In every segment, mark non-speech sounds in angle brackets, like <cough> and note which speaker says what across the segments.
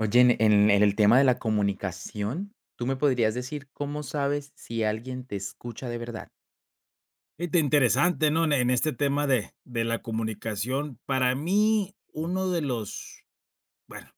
Speaker 1: Oye, en el tema de la comunicación, ¿tú me podrías decir cómo sabes si alguien te escucha de verdad?
Speaker 2: Y te interesante, ¿no? En este tema de la comunicación, para mí,
Speaker 1: Sí.
Speaker 2: uno de los, bueno,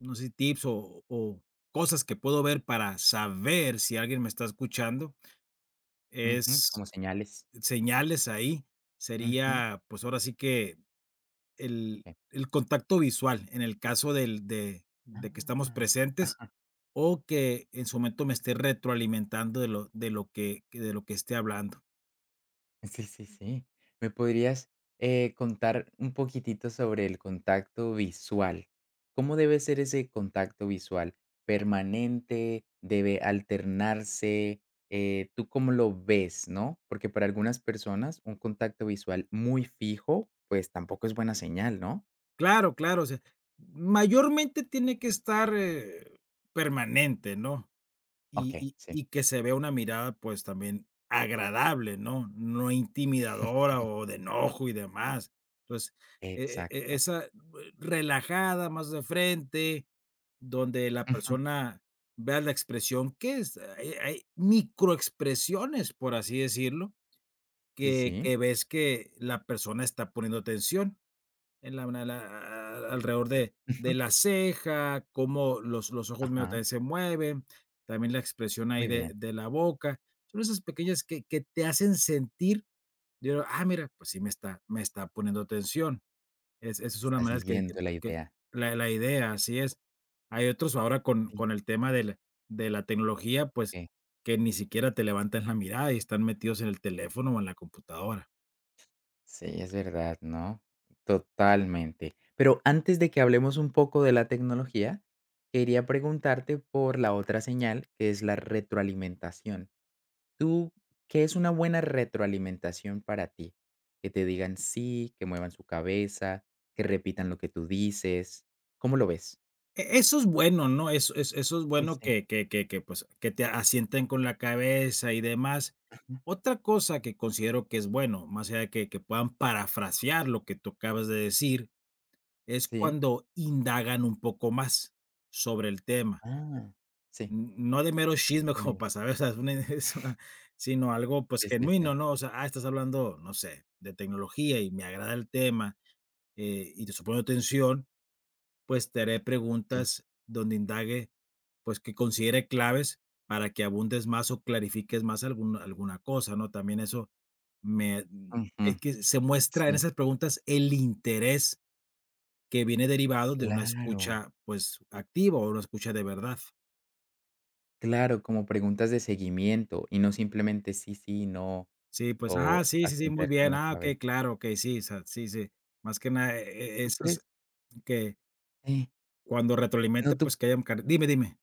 Speaker 2: no sé si tips o cosas que puedo ver para saber si alguien me está escuchando,
Speaker 1: Ujú.
Speaker 2: es
Speaker 1: Como señales.
Speaker 2: señales ahí,
Speaker 1: Ujú.
Speaker 2: sería, pues, ahora sí que el
Speaker 1: Sí.
Speaker 2: el contacto visual, en el caso del de que estamos
Speaker 1: Ah,
Speaker 2: presentes, o que en su momento me esté retroalimentando de lo que esté hablando.
Speaker 1: sí, sí, sí. ¿Me podrías contar un poquitito sobre el contacto visual? ¿Cómo debe ser ese contacto visual? ¿Permanente? ¿Debe alternarse? ¿Tú cómo lo ves, no? Porque para algunas personas un contacto visual muy fijo, pues tampoco es buena señal, ¿no?
Speaker 2: Claro, claro, o sea, mayormente tiene que estar, permanente, ¿no? Y
Speaker 1: Okey,
Speaker 2: y
Speaker 1: sí.
Speaker 2: y que se vea una mirada, pues, también agradable, ¿no? No intimidadora o de enojo y demás. Entonces,
Speaker 1: Exacto.
Speaker 2: esa relajada, más de frente, donde la
Speaker 1: Ujú.
Speaker 2: persona vea la expresión que es, hay microexpresiones, por así decirlo,
Speaker 1: Sí,
Speaker 2: que
Speaker 1: sí.
Speaker 2: que ves que la persona está poniendo atención. En la alrededor de
Speaker 1: Ujú.
Speaker 2: la ceja, cómo los ojos medio
Speaker 1: Ajá.
Speaker 2: también se mueven, también la expresión ahí
Speaker 1: Muy
Speaker 2: de
Speaker 1: bien.
Speaker 2: de la boca. Son esas pequeñas que te hacen sentir, digo: "Ah, mira, pues sí me está poniendo atención". Es esa es una
Speaker 1: Está
Speaker 2: manera que que
Speaker 1: siguiendo la
Speaker 2: que
Speaker 1: idea.
Speaker 2: la la idea, así es. Hay otros ahora con
Speaker 1: Sí,
Speaker 2: con el tema de la tecnología, pues,
Speaker 1: que
Speaker 2: que ni siquiera te levantan la mirada y están metidos en el teléfono o en la computadora.
Speaker 1: sí, es verdad, ¿no? Totalmente. Pero antes de que hablemos un poco de la tecnología, quería preguntarte por la otra señal, que es la retroalimentación. ¿Tú qué es una buena retroalimentación para ti? Que te digan sí, que muevan su cabeza, que repitan lo que tú dices. ¿Cómo lo ves?
Speaker 2: Eso es bueno, ¿no? Eso es
Speaker 1: Sí,
Speaker 2: bueno
Speaker 1: sí.
Speaker 2: que, pues, que te asienten con la cabeza y demás.
Speaker 1: Ujú.
Speaker 2: Otra cosa que considero que es bueno, más allá de que puedan parafrasear lo que tú acabas de decir, es
Speaker 1: Sí.
Speaker 2: cuando indagan un poco más sobre el tema.
Speaker 1: Ah, sí.
Speaker 2: N No de mero chisme <laughs> como
Speaker 1: sí.
Speaker 2: para saber, o sea, es una <laughs> es una sino algo, pues,
Speaker 1: Sí, sí,
Speaker 2: genuino,
Speaker 1: sí,
Speaker 2: ¿no? O sea, ah, estás hablando, no sé, de tecnología y me agrada el tema, y te supongo atención, pues te haré
Speaker 1: sí.
Speaker 2: preguntas donde indague, pues que considere claves para que abundes más o clarifiques más algún, alguna cosa, ¿no? También eso me, mm, es
Speaker 1: Ujú,
Speaker 2: que se muestra en
Speaker 1: sí.
Speaker 2: esas preguntas el interés que viene derivado de una
Speaker 1: Claro,
Speaker 2: escucha, pues, activa o una escucha de verdad.
Speaker 1: claro, como preguntas de seguimiento y no simplemente sí, sí, no,
Speaker 2: Sí, pues,
Speaker 1: o
Speaker 2: ah, sí, sí, sí, muy
Speaker 1: asentar con
Speaker 2: bien,
Speaker 1: la
Speaker 2: ah, ok,
Speaker 1: cabeza.
Speaker 2: claro, ok, sí, o sea, sí, sí. Más que nada,
Speaker 1: ¿Tú
Speaker 2: esas
Speaker 1: crees?
Speaker 2: que
Speaker 1: Sí.
Speaker 2: cuando retroalimenta,
Speaker 1: No, ¿tú
Speaker 2: pues que hayan car dime, dime.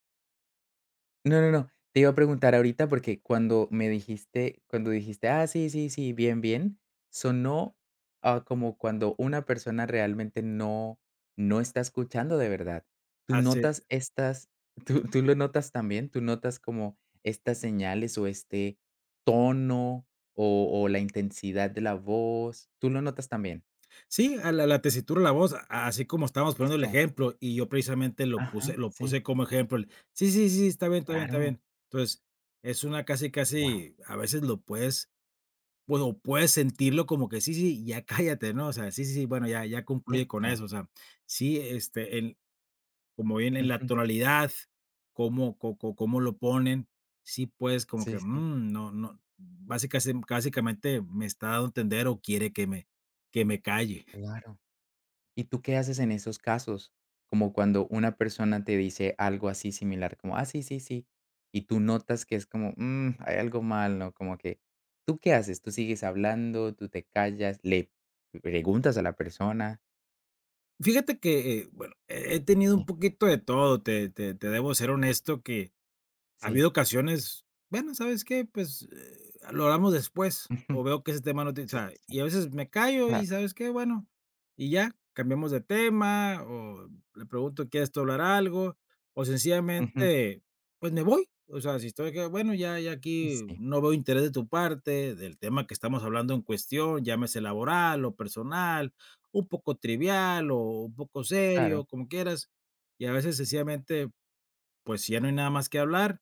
Speaker 1: No, no, no. Te iba a preguntar ahorita porque cuando me dijiste cuando dijiste: "Ah, sí, sí, sí, bien, bien", sonó, ah, como cuando una persona realmente no está escuchando de verdad. Tú
Speaker 2: Ah, sí.
Speaker 1: notas estas ¿Tú tú lo notas también? ¿Tú notas como estas señales o este tono o la intensidad de la voz? ¿Tú lo notas también?
Speaker 2: Sí, a la tesitura, la voz, a- así como estábamos poniendo el
Speaker 1: Eso.
Speaker 2: ejemplo, y yo precisamente lo puse
Speaker 1: Ajá,
Speaker 2: lo
Speaker 1: sí,
Speaker 2: puse como ejemplo, el: "Sí, sí, sí, está bien, está bien, está
Speaker 1: claro.
Speaker 2: bien". Entonces, es una casi,
Speaker 1: Wow.
Speaker 2: casi, a veces lo puedes, bueno, puedes sentirlo como que: "Sí, sí, ya <laughs> cállate", ¿no? O sea, sí, sí, sí, bueno, ya concluye con
Speaker 1: Cierto.
Speaker 2: eso, o sea, sí, este, en como bien en la
Speaker 1: Ujú.
Speaker 2: tonalidad, cómo co co cómo lo ponen, sí puedes como
Speaker 1: Sí,
Speaker 2: que,
Speaker 1: sí,
Speaker 2: mm, no no, básicamente, básicamente me está dando a entender o quiere que me calle.
Speaker 1: claro. ¿Y tú qué haces en esos casos? Como cuando una persona te dice algo así similar, como, ah, sí, sí, sí, y tú notas que es como: "Mm, hay algo mal, ¿no? Como que, ¿tú qué haces? ¿Tú sigues hablando? ¿Tú te callas? ¿Le preguntas a la persona?
Speaker 2: Fíjate que, bueno, he tenido un
Speaker 1: Sí.
Speaker 2: poquito de todo, te debo ser honesto que, ha
Speaker 1: Sí.
Speaker 2: habido ocasiones, bueno, ¿sabes qué? Pues, lo hablamos después,
Speaker 1: Ujú.
Speaker 2: o veo que ese tema no te o
Speaker 1: Sí, sí,
Speaker 2: sea,
Speaker 1: sí.
Speaker 2: y a veces me callo y,
Speaker 1: Claro.
Speaker 2: ¿sabes qué? Bueno, y ya, cambiamos de tema, o le pregunto: "¿Quieres tú hablar algo?", o
Speaker 1: Ujú.
Speaker 2: sencillamente, pues, me voy. O sea, si estoy que, bueno, ya aquí
Speaker 1: Sí,
Speaker 2: no veo interés de tu parte, del tema que estamos hablando en cuestión, llámese laboral o personal, un poco trivial o un poco
Speaker 1: claro.
Speaker 2: serio, como quieras, y a veces sencillamente, pues, si ya no hay nada más que hablar,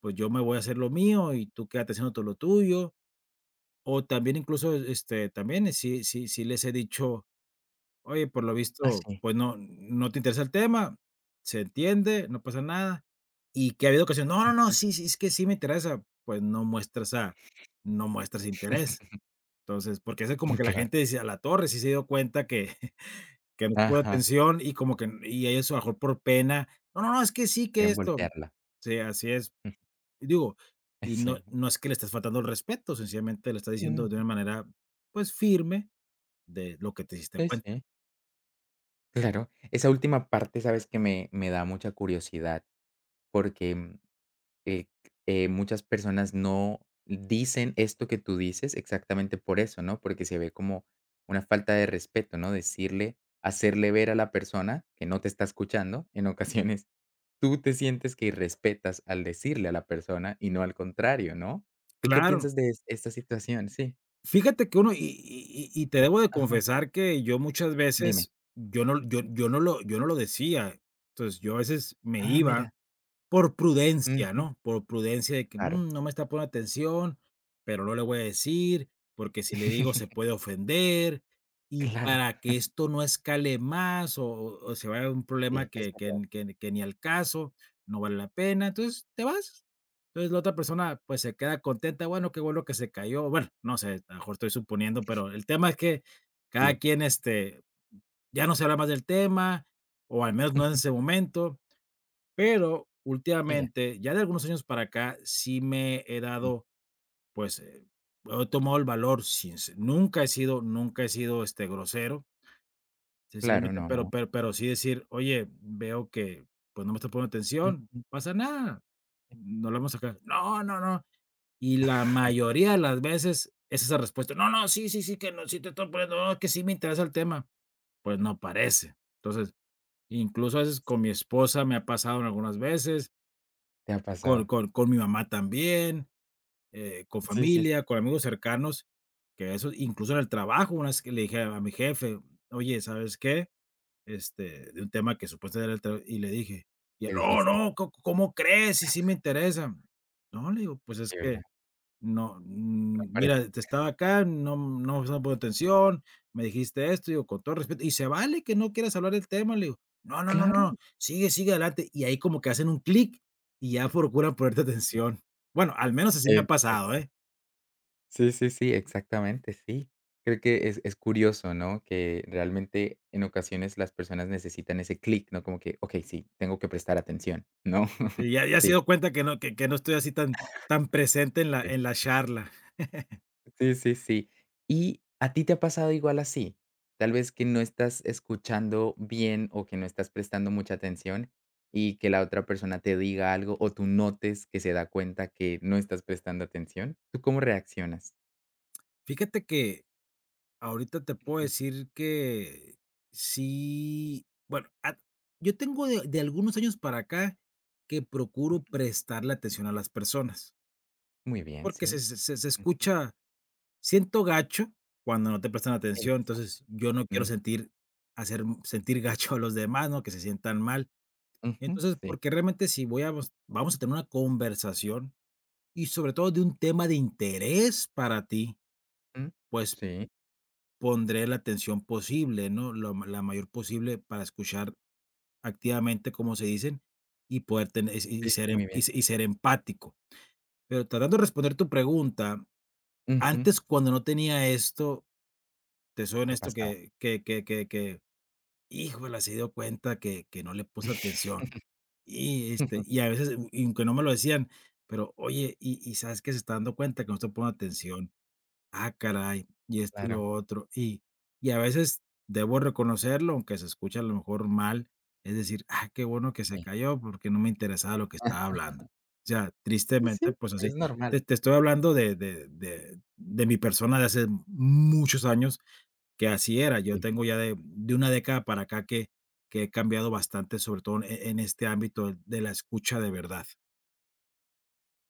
Speaker 2: pues yo me voy a hacer lo mío y tú quédate haciendo todo lo tuyo. O también incluso, este, también sí les he dicho: "Oye, por lo
Speaker 1: Ah,
Speaker 2: visto,
Speaker 1: sí.
Speaker 2: pues no te interesa el tema, se entiende, no pasa nada". Y que ha habido ocasiones: "No, no, no,
Speaker 1: Ujú.
Speaker 2: sí, sí, es que sí me interesa", pues no muestras a no muestras interés.
Speaker 1: <laughs>
Speaker 2: Entonces, porque es como que la
Speaker 1: Claro.
Speaker 2: gente dice: "A la torre, sí se dio cuenta que <laughs> que no te pone
Speaker 1: Ajá.
Speaker 2: atención", y como que y ellos a lo mejor por pena: "No, no, no, es que sí, que
Speaker 1: Quieren
Speaker 2: esto".
Speaker 1: voltearla.
Speaker 2: Sí, así es.
Speaker 1: <laughs>
Speaker 2: Y digo, y
Speaker 1: Sí,
Speaker 2: no
Speaker 1: ¿no?
Speaker 2: no es que le estés faltando el respeto, sencillamente le estás diciendo
Speaker 1: No,
Speaker 2: de una manera, pues, firme de lo que te diste cuenta.
Speaker 1: sí. Claro. Esa última parte, ¿sabes? Que me Me da mucha curiosidad. Porque eh, muchas personas no dicen esto que tú dices exactamente por eso, ¿no? Porque se ve como una falta de respeto, ¿no? Decirle, hacerle ver a la persona que no te está escuchando. En ocasiones tú te sientes que irrespetas al decirle a la persona y no al contrario, ¿no? ¿Tú qué
Speaker 2: Claro,
Speaker 1: piensas de esta situación? Sí.
Speaker 2: fíjate que uno y te debo de
Speaker 1: Ajá.
Speaker 2: confesar que yo muchas
Speaker 1: Dime.
Speaker 2: veces, yo no yo yo no lo decía. Entonces, yo a veces me
Speaker 1: Ah, mira.
Speaker 2: iba. Por prudencia,
Speaker 1: Ujú.
Speaker 2: ¿no? Por prudencia de que,
Speaker 1: Claro.
Speaker 2: mm, no me está poniendo atención, pero no le voy a decir, porque si le digo se
Speaker 1: <laughs>
Speaker 2: puede ofender, y
Speaker 1: Claro.
Speaker 2: para que esto no escale más o se vaya a un problema
Speaker 1: Sí, es
Speaker 2: que
Speaker 1: verdad.
Speaker 2: n- que ni al caso, no vale la pena, entonces te vas. Entonces la otra persona, pues, se queda contenta, bueno, qué bueno que se cayó, bueno, no sé, a lo mejor estoy suponiendo, pero el tema es que
Speaker 1: Sí.
Speaker 2: cada
Speaker 1: Ujú.
Speaker 2: quien, este, ya no se habla más del tema, o al menos no en ese
Speaker 1: <laughs>
Speaker 2: momento. Pero
Speaker 1: Ella.
Speaker 2: últimamente, ya de algunos años para acá, sí me he
Speaker 1: Sí.
Speaker 2: dado, pues, he tomado el valor sin se nunca he sido, este, grosero,
Speaker 1: Claro,
Speaker 2: sencillamente,
Speaker 1: no,
Speaker 2: pero
Speaker 1: no.
Speaker 2: sí decir: "Oye, veo que, pues, no me estás poniendo atención,
Speaker 1: Ujú.
Speaker 2: pasa nada, nos hablamos acá". "No, no, no". Y la mayoría de las veces es esa respuesta: "No, no, sí, sí, sí, que no, sí te estoy poniendo, no, que sí me interesa el tema". Pues no parece. Entonces, incluso a veces con mi esposa me ha pasado en algunas veces.
Speaker 1: Te ha
Speaker 2: Con
Speaker 1: pasado.
Speaker 2: con con mi mamá también, con
Speaker 1: Sí, sí, sí.
Speaker 2: familia, con amigos cercanos, que eso incluso en el trabajo, una vez que le dije a mi jefe: "Oye, ¿sabes qué?", este, de un tema que supuestamente era el tra y le dije, y él:
Speaker 1: Me
Speaker 2: "No,
Speaker 1: dijiste.
Speaker 2: no, ¿có cómo crees? Y sí me interesa". No, le digo, pues es
Speaker 1: De verdad,
Speaker 2: que no,
Speaker 1: me
Speaker 2: mm,
Speaker 1: parece.
Speaker 2: mira, te estaba acá, no me estaba poniendo atención, me dijiste esto, digo, con todo respeto, y se vale que no quieras hablar del tema, le digo, no, no, no,
Speaker 1: Claro.
Speaker 2: no, sigue, sigue adelante, y ahí como que hacen un clic y ya procuran ponerte <laughs> atención. Bueno, al menos así me ha pasado,
Speaker 1: Exacto.
Speaker 2: ¿eh?
Speaker 1: Sí, sí, sí, exactamente, sí. Creo que es curioso, ¿no? Que realmente en ocasiones las personas necesitan ese clic, ¿no? Como que, okey, sí, tengo que prestar atención, ¿no?
Speaker 2: Sí,
Speaker 1: <laughs>
Speaker 2: ya se
Speaker 1: Sí,
Speaker 2: dio cuenta que no que no estoy así tan tan presente en la
Speaker 1: sí.
Speaker 2: en la charla.
Speaker 1: Sí, sí, sí. ¿Y a ti te ha pasado igual así? Tal vez que no estás escuchando bien o que no estás prestando mucha atención y que la otra persona te diga algo o tú notes que se da cuenta que no estás prestando atención. ¿Tú cómo reaccionas?
Speaker 2: Fíjate que ahorita te puedo
Speaker 1: Ujú.
Speaker 2: decir que sí, bueno, a yo tengo de algunos años para acá que procuro prestarle atención a las personas,
Speaker 1: Muy bien,
Speaker 2: porque se
Speaker 1: sí.
Speaker 2: se se se
Speaker 1: Ujú.
Speaker 2: escucha siento gacho cuando no te prestan atención,
Speaker 1: Exacto.
Speaker 2: entonces, yo no quiero
Speaker 1: Mm,
Speaker 2: sentir hacer sentir gacho a los demás, ¿no?, que se sientan mal.
Speaker 1: ujú,
Speaker 2: Entonces,
Speaker 1: sí.
Speaker 2: porque realmente si voy a vos vamos a tener una conversación y sobre todo de un tema de interés para ti,
Speaker 1: Mm,
Speaker 2: pues
Speaker 1: sí.
Speaker 2: pondré la atención posible, ¿no? Lo ma la mayor posible para escuchar activamente, como se dicen, y poder tener es y
Speaker 1: Sí,
Speaker 2: ser
Speaker 1: sí,
Speaker 2: em
Speaker 1: muy bien.
Speaker 2: y se- y ser empático. Pero tratando de responder tu pregunta,
Speaker 1: Ujú.
Speaker 2: antes, cuando no tenía esto, te soy
Speaker 1: ¿Qué
Speaker 2: honesto
Speaker 1: pasaba?
Speaker 2: que, híjole, se dio cuenta que no le puse atención.
Speaker 1: <laughs>
Speaker 2: Y,
Speaker 1: Sí,
Speaker 2: este, y a veces, y aunque no me lo decían, pero: "Oye, y sabes que se está dando cuenta que no estoy poniendo atención". Ah, caray, y esto y
Speaker 1: claro.
Speaker 2: lo otro. Y a veces debo reconocerlo, aunque se escucha a lo mejor mal, es decir: "Ah, qué bueno que se
Speaker 1: Sí.
Speaker 2: cayó, porque no me interesaba lo que estaba
Speaker 1: Ah,
Speaker 2: hablando". O sea,
Speaker 1: sí,
Speaker 2: tristemente, pues
Speaker 1: pero
Speaker 2: así.
Speaker 1: es normal.
Speaker 2: Te estoy hablando de mi persona de hace muchos años, que así era. Yo
Speaker 1: Sí.
Speaker 2: tengo ya de una década para acá que he cambiado bastante, sobre todo en este ámbito de la escucha de verdad.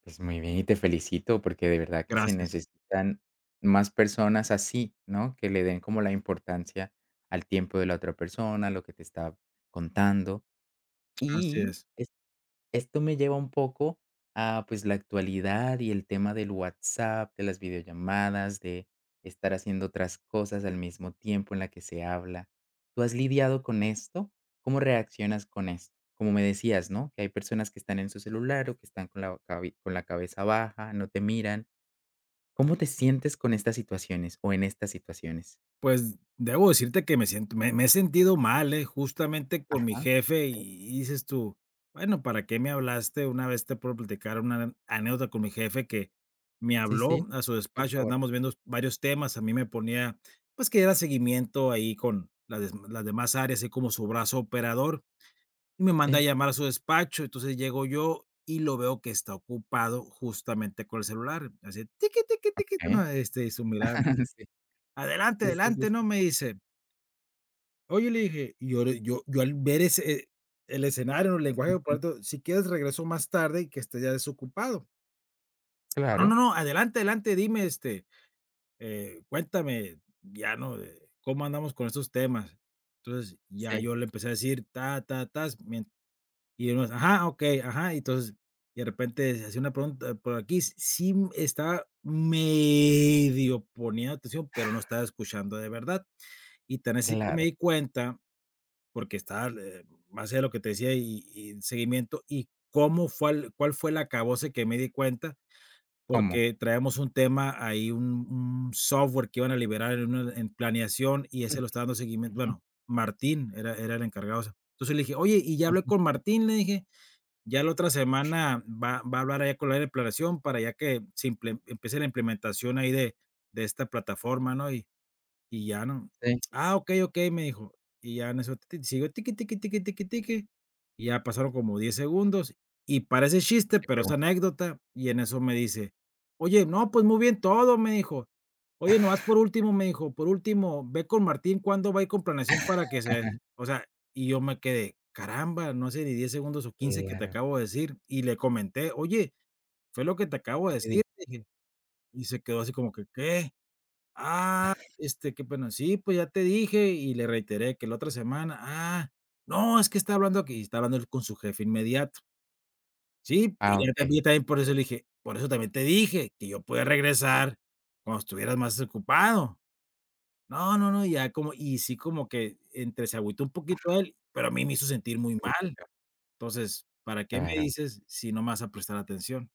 Speaker 1: Pues muy bien y te felicito porque de verdad que se
Speaker 2: Gracias.
Speaker 1: necesitan más personas así, ¿no? Que le den como la importancia al tiempo de la otra persona, lo que te está contando.
Speaker 2: Así
Speaker 1: Y
Speaker 2: es.
Speaker 1: esto me lleva un poco a, pues, la actualidad y el tema del WhatsApp, de las videollamadas, de estar haciendo otras cosas al mismo tiempo en la que se habla. ¿Tú has lidiado con esto? ¿Cómo reaccionas con esto? Como me decías, ¿no? Que hay personas que están en su celular o que están con con la cabeza baja, no te miran. ¿Cómo te sientes con estas situaciones o en estas situaciones?
Speaker 2: Pues, debo decirte que me siento me me he sentido mal, ¿eh? Justamente con mi
Speaker 1: Ajá.
Speaker 2: jefe, y dices tú: "Bueno, ¿para qué me hablaste?". Una vez te puedo platicar una anécdota con mi jefe que me
Speaker 1: Sí, sí,
Speaker 2: habló
Speaker 1: sí,
Speaker 2: a su
Speaker 1: por
Speaker 2: despacho,
Speaker 1: favor.
Speaker 2: andamos viendo varios temas, a mí me ponía, pues, que era seguimiento ahí con las demás áreas, así como su brazo operador, y me manda a
Speaker 1: Sí.
Speaker 2: llamar a su despacho. Entonces, llego yo y lo veo que está ocupado justamente con el celular, así, tiqui, tiqui, tiqui,
Speaker 1: Ok.
Speaker 2: ¿no? Este, y su mirada:
Speaker 1: <laughs>
Speaker 2: "Adelante,
Speaker 1: Sí, sí, sí, sí,
Speaker 2: adelante", ¿no?
Speaker 1: sí.
Speaker 2: Me dice. Oye, le dije, y yo le yo yo al ver ese, el escenario, el lenguaje
Speaker 1: Ujú.
Speaker 2: corporal, si quieres regreso más tarde y que esté ya desocupado. No, no,
Speaker 1: Claro.
Speaker 2: no, adelante, adelante, dime, este, cuéntame, ya no, cómo andamos con estos temas. Entonces, ya
Speaker 1: Sí.
Speaker 2: yo le empecé a decir, ta, ta, ta. Mien Y unos, ajá, okey, ajá, y entonces, y de repente se hacía una pregunta por aquí, estaba medio poniendo atención, pero no estaba escuchando de verdad. Y tan así que me
Speaker 1: Claro,
Speaker 2: di cuenta porque está, más allá de lo que te decía y seguimiento, y cómo fue el cuál fue el acabose que me di cuenta,
Speaker 1: ¿cómo?
Speaker 2: porque traíamos un tema ahí, un software que iban a liberar en planeación y ese
Speaker 1: Ujú,
Speaker 2: lo estaba dando seguimiento.
Speaker 1: ujú,
Speaker 2: Bueno, Martín era el encargado de eso. Entonces le dije: "Oye, y ya hablé
Speaker 1: ujú,
Speaker 2: con
Speaker 1: sí,
Speaker 2: Martín", le dije, "ya la otra semana va a hablar allá con la de planeación para ya que se imple empiece la implementación ahí de esta plataforma", ¿no? Y ya no.
Speaker 1: sí,
Speaker 2: "Ah, okey, okey", me dijo. Y ya en eso ti siguió tiqui, tiqui, tiqui, tiqui, tiqui, y ya pasaron como 10 segundos, y parece chiste,
Speaker 1: te
Speaker 2: pero es
Speaker 1: pregunto.
Speaker 2: anécdota, y en eso me dice: "Oye, no, pues muy bien todo", me dijo. "Oye, nomás por último", me dijo, "por último, ve con Martín cuándo va a ir con planeación para que se"... O sea, y yo me quedé: "Caramba, no hace ni 10 segundos o quince que te
Speaker 1: Claro,
Speaker 2: acabo de decir", y le comenté: "Oye, fue lo que te acabo
Speaker 1: ¿qué
Speaker 2: de
Speaker 1: te
Speaker 2: decir",
Speaker 1: dijo?
Speaker 2: dije, y se quedó así como que: "¿Qué?". Ah, este, que bueno, sí, pues ya te dije y le reiteré que la otra semana. Ah, no, es que está hablando aquí, está hablando él con su jefe inmediato. Sí,
Speaker 1: Ah,
Speaker 2: y
Speaker 1: okey.
Speaker 2: yo también por
Speaker 1: Sí,
Speaker 2: eso le
Speaker 1: sí,
Speaker 2: dije, por eso también te dije que yo podía regresar cuando estuvieras más ocupado. No, no, no, ya como, y sí como que entre se agüitó un poquito él, pero a mí me hizo sentir
Speaker 1: un
Speaker 2: muy mal.
Speaker 1: poquito,
Speaker 2: Entonces, ¿para qué me
Speaker 1: claro.
Speaker 2: dices si no me vas a prestar atención?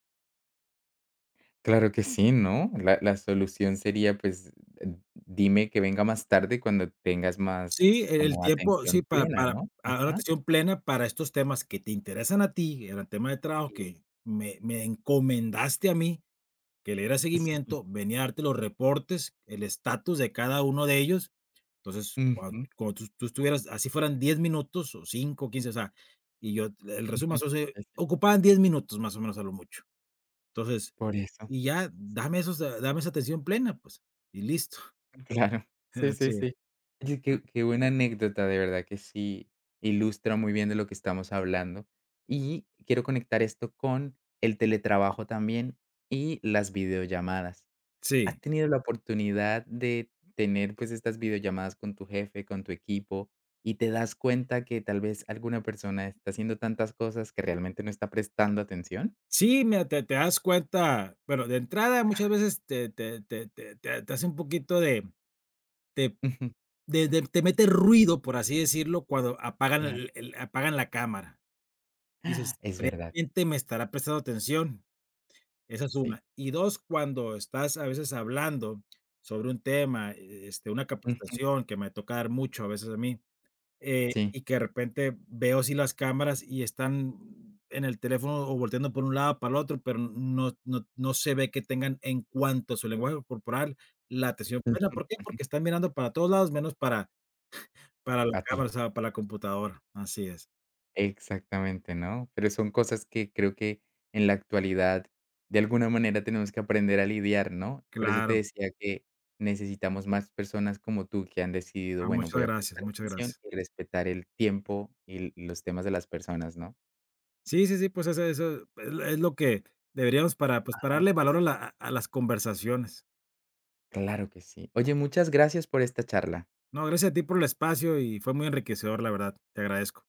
Speaker 1: Claro que sí, ¿no? La solución sería, pues, d dime que venga más tarde cuando tengas más
Speaker 2: Sí, el
Speaker 1: como
Speaker 2: tiempo, sí,
Speaker 1: atención
Speaker 2: para
Speaker 1: plena, ¿no?
Speaker 2: a una
Speaker 1: Ajá.
Speaker 2: atención plena para estos temas que te interesan a ti, era el tema de trabajo
Speaker 1: Sí.
Speaker 2: que me encomendaste a mí que le diera
Speaker 1: <laughs> Sí.
Speaker 2: seguimiento, venía a darte los reportes, el estatus de cada uno de ellos. Entonces,
Speaker 1: Ujú,
Speaker 2: cuando tú estuvieras, así fueran 10 minutos o cinco, quince, o sea, y yo el resumen,
Speaker 1: ujú,
Speaker 2: o sea,
Speaker 1: sí, sí,
Speaker 2: ocupaban 10 minutos más o menos a lo mucho. Entonces,
Speaker 1: por eso.
Speaker 2: y ya dame esos dame esa atención plena, pues, y listo.
Speaker 1: Claro. Sí,
Speaker 2: <laughs> Sí,
Speaker 1: sí, sí. Oye,
Speaker 2: ah,
Speaker 1: qué qué buena anécdota, de verdad que sí ilustra muy bien de lo que estamos hablando. Y quiero conectar esto con el teletrabajo también y las videollamadas. ¿Has
Speaker 2: sí.
Speaker 1: tenido la oportunidad de tener, pues, estas videollamadas con tu jefe, con tu equipo, y te das cuenta que tal vez alguna persona está haciendo tantas cosas que realmente no está prestando atención?
Speaker 2: Sí, mira, te das cuenta, bueno, de entrada muchas veces te hace un poquito te
Speaker 1: <laughs>
Speaker 2: de te mete ruido, por así decirlo, cuando apagan
Speaker 1: Claro.
Speaker 2: el apagan la cámara. Dices:
Speaker 1: Es verdad,
Speaker 2: "¿Realmente me estará prestando atención?". Esa es
Speaker 1: sí.
Speaker 2: una. Y dos, cuando estás a veces hablando sobre un tema, una
Speaker 1: <laughs>
Speaker 2: capacitación que me toca dar mucho a veces a mí,
Speaker 1: Sí.
Speaker 2: y que de repente veo si las cámaras y están en el teléfono o volteando por un lado para el otro, pero no se ve que tengan, en cuanto a su lenguaje corporal, la atención plena. ¿Por qué? Porque están mirando para todos lados, menos para la
Speaker 1: A ti.
Speaker 2: cámara, o sea, para la computadora. Así es.
Speaker 1: Exactamente, ¿no? Pero son cosas que creo que en la actualidad, de alguna manera, tenemos que aprender a lidiar, ¿no? Por eso te
Speaker 2: Claro.
Speaker 1: decía que necesitamos más personas como tú que han decidido,
Speaker 2: Ah,
Speaker 1: bueno,
Speaker 2: muchas
Speaker 1: voy a
Speaker 2: gracias,
Speaker 1: prestar
Speaker 2: muchas
Speaker 1: atención
Speaker 2: gracias.
Speaker 1: y respetar el tiempo y los temas de las personas, ¿no?
Speaker 2: Sí, sí, sí, pues eso eso es lo que deberíamos para, pues, para darle valor a la a las conversaciones.
Speaker 1: Claro que sí. Oye, muchas gracias por esta charla.
Speaker 2: No, gracias a ti por el espacio y fue muy enriquecedor, la verdad. Te agradezco.